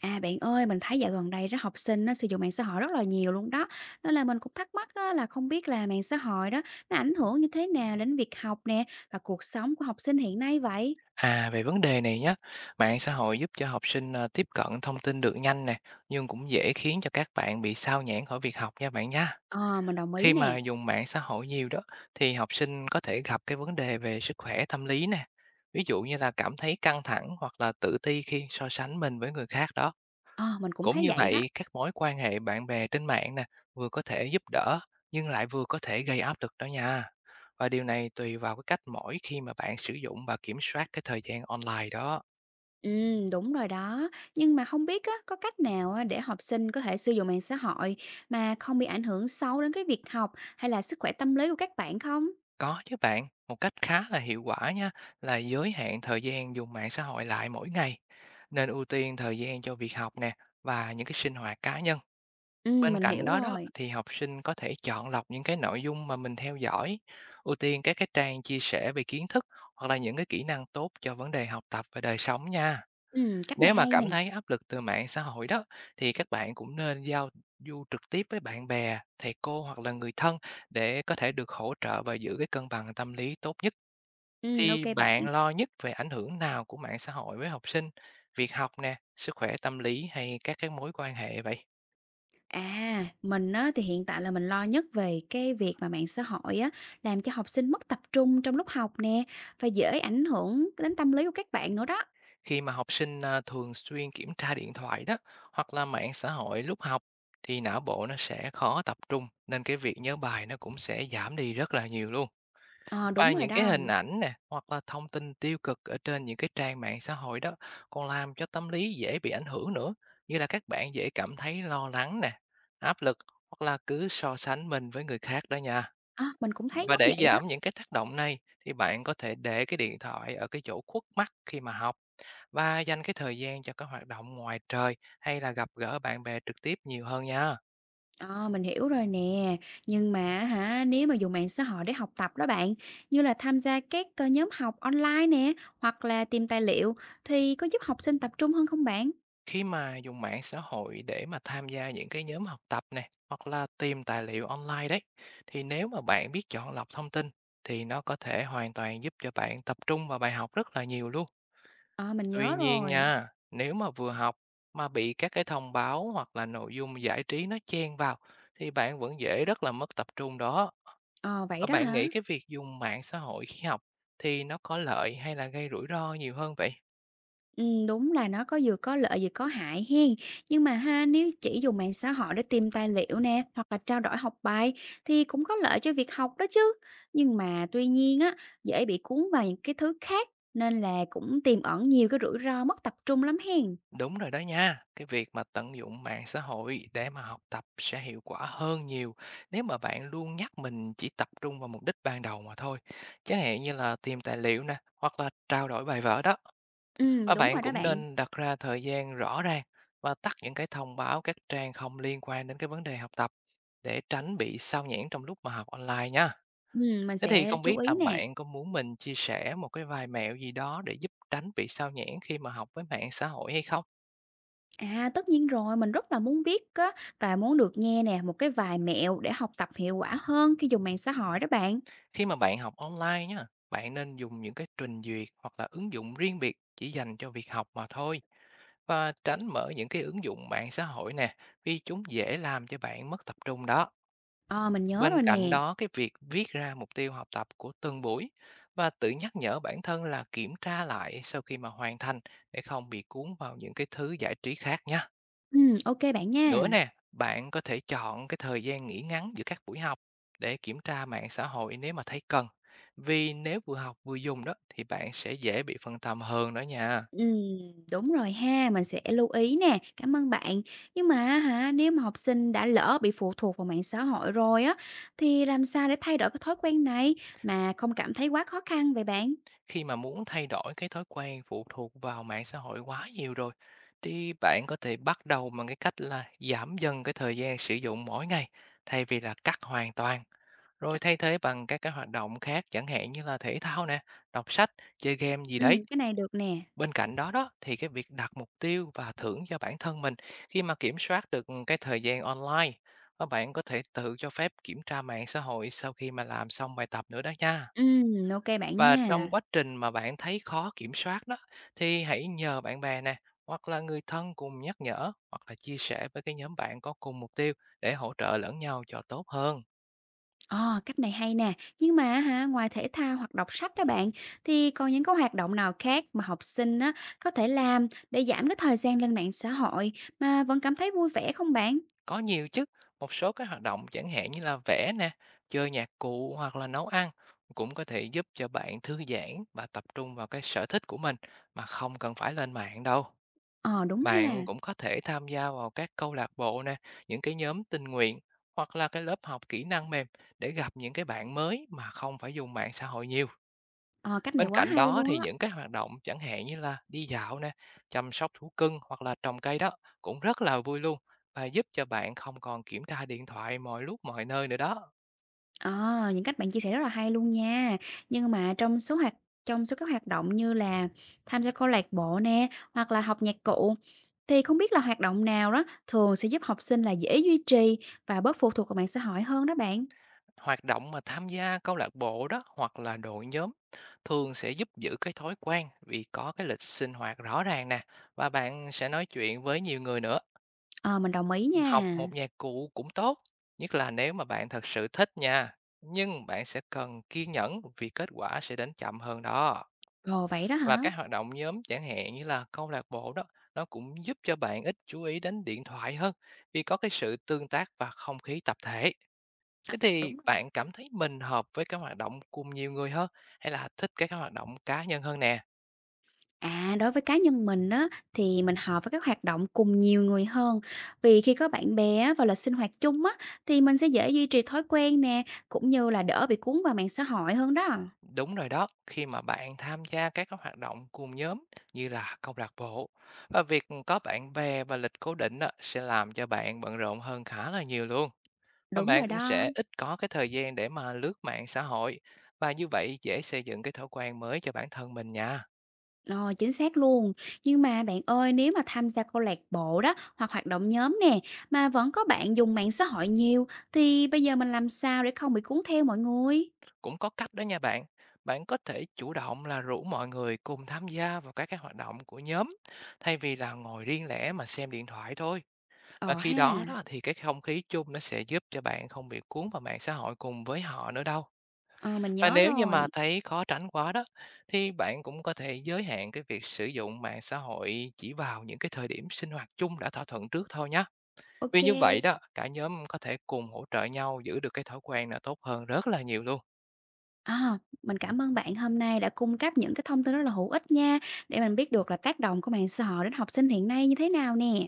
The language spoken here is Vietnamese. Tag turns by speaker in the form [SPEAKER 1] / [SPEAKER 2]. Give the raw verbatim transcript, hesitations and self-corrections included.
[SPEAKER 1] À, bạn ơi, mình thấy dạo gần đây đó học sinh nó sử dụng mạng xã hội rất là nhiều luôn đó. Nên là mình cũng thắc mắc á, là không biết là mạng xã hội đó nó ảnh hưởng như thế nào đến việc học nè và cuộc sống của học sinh hiện nay vậy?
[SPEAKER 2] À, về vấn đề này nhé, mạng xã hội giúp cho học sinh, ờ, tiếp cận thông tin được nhanh nè, nhưng cũng dễ khiến cho các bạn bị sao nhãng khỏi việc học nha bạn nha.
[SPEAKER 1] Ờ, mình đồng ý
[SPEAKER 2] Khi mà
[SPEAKER 1] nè.
[SPEAKER 2] dùng mạng xã hội nhiều đó, thì học sinh có thể gặp cái vấn đề về sức khỏe tâm lý nè. Ví dụ như là cảm thấy căng thẳng hoặc là tự ti khi so sánh mình với người khác đó.
[SPEAKER 1] Ờ, mình cũng
[SPEAKER 2] Cũng
[SPEAKER 1] thấy
[SPEAKER 2] như
[SPEAKER 1] vậy đó.
[SPEAKER 2] vậy, các mối quan hệ bạn bè trên mạng nè, vừa có thể giúp đỡ, nhưng lại vừa có thể gây áp lực đó nha. Và điều này tùy vào cái cách mỗi khi mà bạn sử dụng và kiểm soát cái thời gian online đó.
[SPEAKER 1] Ừ, đúng rồi đó. Nhưng mà không biết á, có cách nào á, để học sinh có thể sử dụng mạng xã hội mà không bị ảnh hưởng xấu đến cái việc học hay là sức khỏe tâm lý của các bạn không?
[SPEAKER 2] Có chứ bạn, một cách khá là hiệu quả nha, là giới hạn thời gian dùng mạng xã hội lại mỗi ngày. Nên ưu tiên thời gian cho việc học nè và những cái sinh hoạt cá nhân.
[SPEAKER 1] Ừ,
[SPEAKER 2] Bên
[SPEAKER 1] mình
[SPEAKER 2] cạnh
[SPEAKER 1] hiểu
[SPEAKER 2] đó đó
[SPEAKER 1] rồi.
[SPEAKER 2] thì học sinh có thể chọn lọc những cái nội dung mà mình theo dõi, ưu tiên các cái trang chia sẻ về kiến thức hoặc là những cái kỹ năng tốt cho vấn đề học tập và đời sống nha.
[SPEAKER 1] Ừ, cách này
[SPEAKER 2] Nếu mà
[SPEAKER 1] hay nè.
[SPEAKER 2] cảm thấy áp lực từ mạng xã hội đó, thì các bạn cũng nên giao du trực tiếp với bạn bè, thầy cô hoặc là người thân, để có thể được hỗ trợ và giữ cái cân bằng tâm lý tốt nhất.
[SPEAKER 1] Ừ, ok
[SPEAKER 2] Thì
[SPEAKER 1] bạn.
[SPEAKER 2] bạn lo nhất về ảnh hưởng nào của mạng xã hội với học sinh, việc học nè, sức khỏe tâm lý hay các cái mối quan hệ vậy?
[SPEAKER 1] À, mình á, thì hiện tại là mình lo nhất về cái việc mà mạng xã hội á, làm cho học sinh mất tập trung trong lúc học nè, và dễ ảnh hưởng đến tâm lý của các bạn nữa đó.
[SPEAKER 2] Khi mà học sinh à, thường xuyên kiểm tra điện thoại đó hoặc là mạng xã hội lúc học, thì não bộ nó sẽ khó tập trung, nên cái việc nhớ bài nó cũng sẽ giảm đi rất là nhiều luôn.
[SPEAKER 1] Ờ, đúng
[SPEAKER 2] Và
[SPEAKER 1] rồi
[SPEAKER 2] những cái
[SPEAKER 1] đó.
[SPEAKER 2] hình ảnh nè, hoặc là thông tin tiêu cực ở trên những cái trang mạng xã hội đó, còn làm cho tâm lý dễ bị ảnh hưởng nữa, như là các bạn dễ cảm thấy lo lắng nè, áp lực, hoặc là cứ so sánh mình với người khác đó nha.
[SPEAKER 1] Ờ, mình cũng thấy
[SPEAKER 2] Và
[SPEAKER 1] giống
[SPEAKER 2] để
[SPEAKER 1] vậy đó.
[SPEAKER 2] giảm những cái tác động này, thì bạn có thể để cái điện thoại ở cái chỗ khuất mắt khi mà học, và dành cái thời gian cho các hoạt động ngoài trời hay là gặp gỡ bạn bè trực tiếp nhiều hơn nha.
[SPEAKER 1] Ờ, mình hiểu rồi nè, nhưng mà hả, nếu mà dùng mạng xã hội để học tập đó bạn, như là tham gia các ờ, nhóm học online nè, hoặc là tìm tài liệu, thì có giúp học sinh tập trung hơn không bạn?
[SPEAKER 2] Khi mà dùng mạng xã hội để mà tham gia những cái nhóm học tập này hoặc là tìm tài liệu online đấy, thì nếu mà bạn biết chọn lọc thông tin, thì nó có thể hoàn toàn giúp cho bạn tập trung vào bài học rất là nhiều luôn.
[SPEAKER 1] Ờ, mình
[SPEAKER 2] Tuy
[SPEAKER 1] nhớ
[SPEAKER 2] nhiên
[SPEAKER 1] rồi.
[SPEAKER 2] nha, nếu mà vừa học mà bị các cái thông báo hoặc là nội dung giải trí nó chen vào, thì bạn vẫn dễ rất là mất tập trung đó.
[SPEAKER 1] Ờ, vậy
[SPEAKER 2] Và
[SPEAKER 1] đó
[SPEAKER 2] bạn
[SPEAKER 1] hả?
[SPEAKER 2] nghĩ cái việc dùng mạng xã hội khi học thì nó có lợi hay là gây rủi ro nhiều hơn vậy?
[SPEAKER 1] Ừm, đúng là nó có vừa có lợi vừa có hại hen. Nhưng mà ha, nếu chỉ dùng mạng xã hội để tìm tài liệu nè, hoặc là trao đổi học bài thì cũng có lợi cho việc học đó chứ. Nhưng mà tuy nhiên á, dễ bị cuốn vào những cái thứ khác nên là cũng tiềm ẩn nhiều cái rủi ro mất tập trung lắm hen.
[SPEAKER 2] Đúng rồi đó nha, cái việc mà tận dụng mạng xã hội để mà học tập sẽ hiệu quả hơn nhiều, nếu mà bạn luôn nhắc mình chỉ tập trung vào mục đích ban đầu mà thôi. Chẳng hạn như là tìm tài liệu nè, hoặc là trao đổi bài vở đó.
[SPEAKER 1] Ừm,
[SPEAKER 2] Và
[SPEAKER 1] đúng
[SPEAKER 2] bạn
[SPEAKER 1] rồi đó
[SPEAKER 2] cũng
[SPEAKER 1] bạn.
[SPEAKER 2] nên đặt ra thời gian rõ ràng, và tắt những cái thông báo các trang không liên quan đến cái vấn đề học tập, để tránh bị sao nhãng trong lúc mà học online nha.
[SPEAKER 1] Ừm, mình
[SPEAKER 2] Thế thì
[SPEAKER 1] sẽ
[SPEAKER 2] không
[SPEAKER 1] chú
[SPEAKER 2] biết
[SPEAKER 1] ý
[SPEAKER 2] là
[SPEAKER 1] nè.
[SPEAKER 2] bạn có muốn mình chia sẻ một cái vài mẹo gì đó để giúp tránh bị sao nhãng khi mà học với mạng xã hội hay không?
[SPEAKER 1] À, tất nhiên rồi, mình rất là muốn biết á và muốn được nghe nè một cái vài mẹo để học tập hiệu quả hơn khi dùng mạng xã hội đó bạn.
[SPEAKER 2] Khi mà bạn học online nhá, bạn nên dùng những cái trình duyệt hoặc là ứng dụng riêng biệt chỉ dành cho việc học mà thôi, và tránh mở những cái ứng dụng mạng xã hội nè, vì chúng dễ làm cho bạn mất tập trung đó.
[SPEAKER 1] Ờ, mình nhớ
[SPEAKER 2] Bên
[SPEAKER 1] rồi
[SPEAKER 2] cạnh
[SPEAKER 1] nè.
[SPEAKER 2] đó, cái việc viết ra mục tiêu học tập của từng buổi và tự nhắc nhở bản thân là kiểm tra lại sau khi mà hoàn thành, để không bị cuốn vào những cái thứ giải trí khác nhé.
[SPEAKER 1] Ừm, ok bạn
[SPEAKER 2] Nữa
[SPEAKER 1] nha.
[SPEAKER 2] nè, bạn có thể chọn cái thời gian nghỉ ngắn giữa các buổi học để kiểm tra mạng xã hội nếu mà thấy cần. Vì nếu vừa học vừa dùng đó, thì bạn sẽ dễ bị phân tâm hơn đó nha.
[SPEAKER 1] Ừm, đúng rồi ha, mình sẽ lưu ý nè, cảm ơn bạn. Nhưng mà hả, nếu mà học sinh đã lỡ bị phụ thuộc vào mạng xã hội rồi á, thì làm sao để thay đổi cái thói quen này mà không cảm thấy quá khó khăn vậy bạn?
[SPEAKER 2] Khi mà muốn thay đổi cái thói quen phụ thuộc vào mạng xã hội quá nhiều rồi, thì bạn có thể bắt đầu bằng cái cách là giảm dần cái thời gian sử dụng mỗi ngày, thay vì là cắt hoàn toàn, rồi thay thế bằng các cái hoạt động khác, chẳng hạn như là thể thao nè, đọc sách, chơi game gì
[SPEAKER 1] Ừ,
[SPEAKER 2] đấy.
[SPEAKER 1] cái này được nè.
[SPEAKER 2] Bên cạnh đó đó thì cái việc đặt mục tiêu và thưởng cho bản thân mình khi mà kiểm soát được cái thời gian online, các bạn có thể tự cho phép kiểm tra mạng xã hội sau khi mà làm xong bài tập nữa đó nha.
[SPEAKER 1] Ừm, ok bạn
[SPEAKER 2] Và trong
[SPEAKER 1] nha.
[SPEAKER 2] quá trình mà bạn thấy khó kiểm soát đó, thì hãy nhờ bạn bè nè, hoặc là người thân cùng nhắc nhở, hoặc là chia sẻ với cái nhóm bạn có cùng mục tiêu, để hỗ trợ lẫn nhau cho tốt hơn.
[SPEAKER 1] Ờ, cách này hay nè. Nhưng mà hả, ngoài thể thao hoặc đọc sách đó bạn, thì còn những cái hoạt động nào khác mà học sinh á, có thể làm để giảm cái thời gian lên mạng xã hội mà vẫn cảm thấy vui vẻ không bạn?
[SPEAKER 2] Có nhiều chứ, một số cái hoạt động chẳng hạn như là vẽ nè, chơi nhạc cụ hoặc là nấu ăn cũng có thể giúp cho bạn thư giãn và tập trung vào cái sở thích của mình, mà không cần phải lên mạng đâu.
[SPEAKER 1] Ờ, đúng
[SPEAKER 2] Bạn
[SPEAKER 1] ha.
[SPEAKER 2] cũng có thể tham gia vào các câu lạc bộ nè, những cái nhóm tình nguyện, hoặc là cái lớp học kỹ năng mềm, để gặp những cái bạn mới mà không phải dùng mạng xã hội nhiều.
[SPEAKER 1] Ờ, cách này
[SPEAKER 2] Bên
[SPEAKER 1] quá
[SPEAKER 2] cạnh
[SPEAKER 1] hay
[SPEAKER 2] đó,
[SPEAKER 1] luôn
[SPEAKER 2] thì
[SPEAKER 1] á.
[SPEAKER 2] những cái hoạt động chẳng hạn như là đi dạo nè, chăm sóc thú cưng hoặc là trồng cây đó cũng rất là vui luôn, và giúp cho bạn không còn kiểm tra điện thoại mọi lúc mọi nơi nữa đó.
[SPEAKER 1] Ờ, những cách bạn chia sẻ rất là hay luôn nha. Nhưng mà trong số hoạt trong số các hoạt động như là tham gia câu lạc bộ nè, hoặc là học nhạc cụ, thì không biết là hoạt động nào đó thường sẽ giúp học sinh là dễ duy trì và bớt phụ thuộc vào mạng xã hội hơn đó bạn?
[SPEAKER 2] Hoạt động mà tham gia câu lạc bộ đó hoặc là đội nhóm thường sẽ giúp giữ cái thói quen, vì có cái lịch sinh hoạt rõ ràng nè, và bạn sẽ nói chuyện với nhiều người nữa.
[SPEAKER 1] Ờ, mình đồng ý
[SPEAKER 2] Học
[SPEAKER 1] nha.
[SPEAKER 2] một nhạc cụ cũng tốt, nhất là nếu mà bạn thật sự thích nha. Nhưng bạn sẽ cần kiên nhẫn, vì kết quả sẽ đến chậm hơn đó.
[SPEAKER 1] Ồ, vậy đó
[SPEAKER 2] Và
[SPEAKER 1] hả?
[SPEAKER 2] các hoạt động nhóm chẳng hạn như là câu lạc bộ đó, nó cũng giúp cho bạn ít chú ý đến điện thoại hơn, vì có cái sự tương tác và không khí tập thể.
[SPEAKER 1] Ờ,
[SPEAKER 2] Thế thì
[SPEAKER 1] đúng rồi.
[SPEAKER 2] bạn cảm thấy mình hợp với các hoạt động cùng nhiều người hơn, hay là thích các cái hoạt động cá nhân hơn nè?
[SPEAKER 1] À, đối với cá nhân mình á, thì mình hợp với các hoạt động cùng nhiều người hơn. Vì khi có bạn bè á, và là sinh hoạt chung á, thì mình sẽ dễ duy trì thói quen nè, cũng như là đỡ bị cuốn vào mạng xã hội hơn đó.
[SPEAKER 2] Đúng rồi đó, khi mà bạn tham gia các cái hoạt động cùng nhóm như là câu lạc bộ, và việc có bạn bè và lịch cố định á, sẽ làm cho bạn bận rộn hơn khá là nhiều luôn. Và
[SPEAKER 1] Đúng
[SPEAKER 2] bạn
[SPEAKER 1] rồi
[SPEAKER 2] cũng
[SPEAKER 1] đó.
[SPEAKER 2] sẽ ít có cái thời gian để mà lướt mạng xã hội, và như vậy dễ xây dựng cái thói quen mới cho bản thân mình nha.
[SPEAKER 1] Ờ, chính xác luôn. Nhưng mà bạn ơi, nếu mà tham gia câu lạc bộ đó hoặc hoạt động nhóm nè, mà vẫn có bạn dùng mạng xã hội nhiều thì bây giờ mình làm sao để không bị cuốn theo mọi người?
[SPEAKER 2] Cũng có cách đó nha bạn. Bạn có thể chủ động là rủ mọi người cùng tham gia vào các cái hoạt động của nhóm, thay vì là ngồi riêng lẻ mà xem điện thoại thôi. Và
[SPEAKER 1] Ờ
[SPEAKER 2] khi
[SPEAKER 1] ha.
[SPEAKER 2] đó đó thì cái không khí chung nó sẽ giúp cho bạn không bị cuốn vào mạng xã hội cùng với họ nữa đâu.
[SPEAKER 1] Ờ, mình
[SPEAKER 2] Và
[SPEAKER 1] nhớ
[SPEAKER 2] nếu như mà
[SPEAKER 1] rồi.
[SPEAKER 2] thấy khó tránh quá đó, thì bạn cũng có thể giới hạn cái việc sử dụng mạng xã hội chỉ vào những cái thời điểm sinh hoạt chung đã thỏa thuận trước thôi nhé.
[SPEAKER 1] Ok.
[SPEAKER 2] Vì như vậy đó, cả nhóm có thể cùng hỗ trợ nhau giữ được cái thói quen là tốt hơn rất là nhiều luôn.
[SPEAKER 1] À, mình cảm ơn bạn hôm nay đã cung cấp những cái thông tin rất là hữu ích nha, để mình biết được là tác động của mạng xã hội đến học sinh hiện nay như thế nào nè.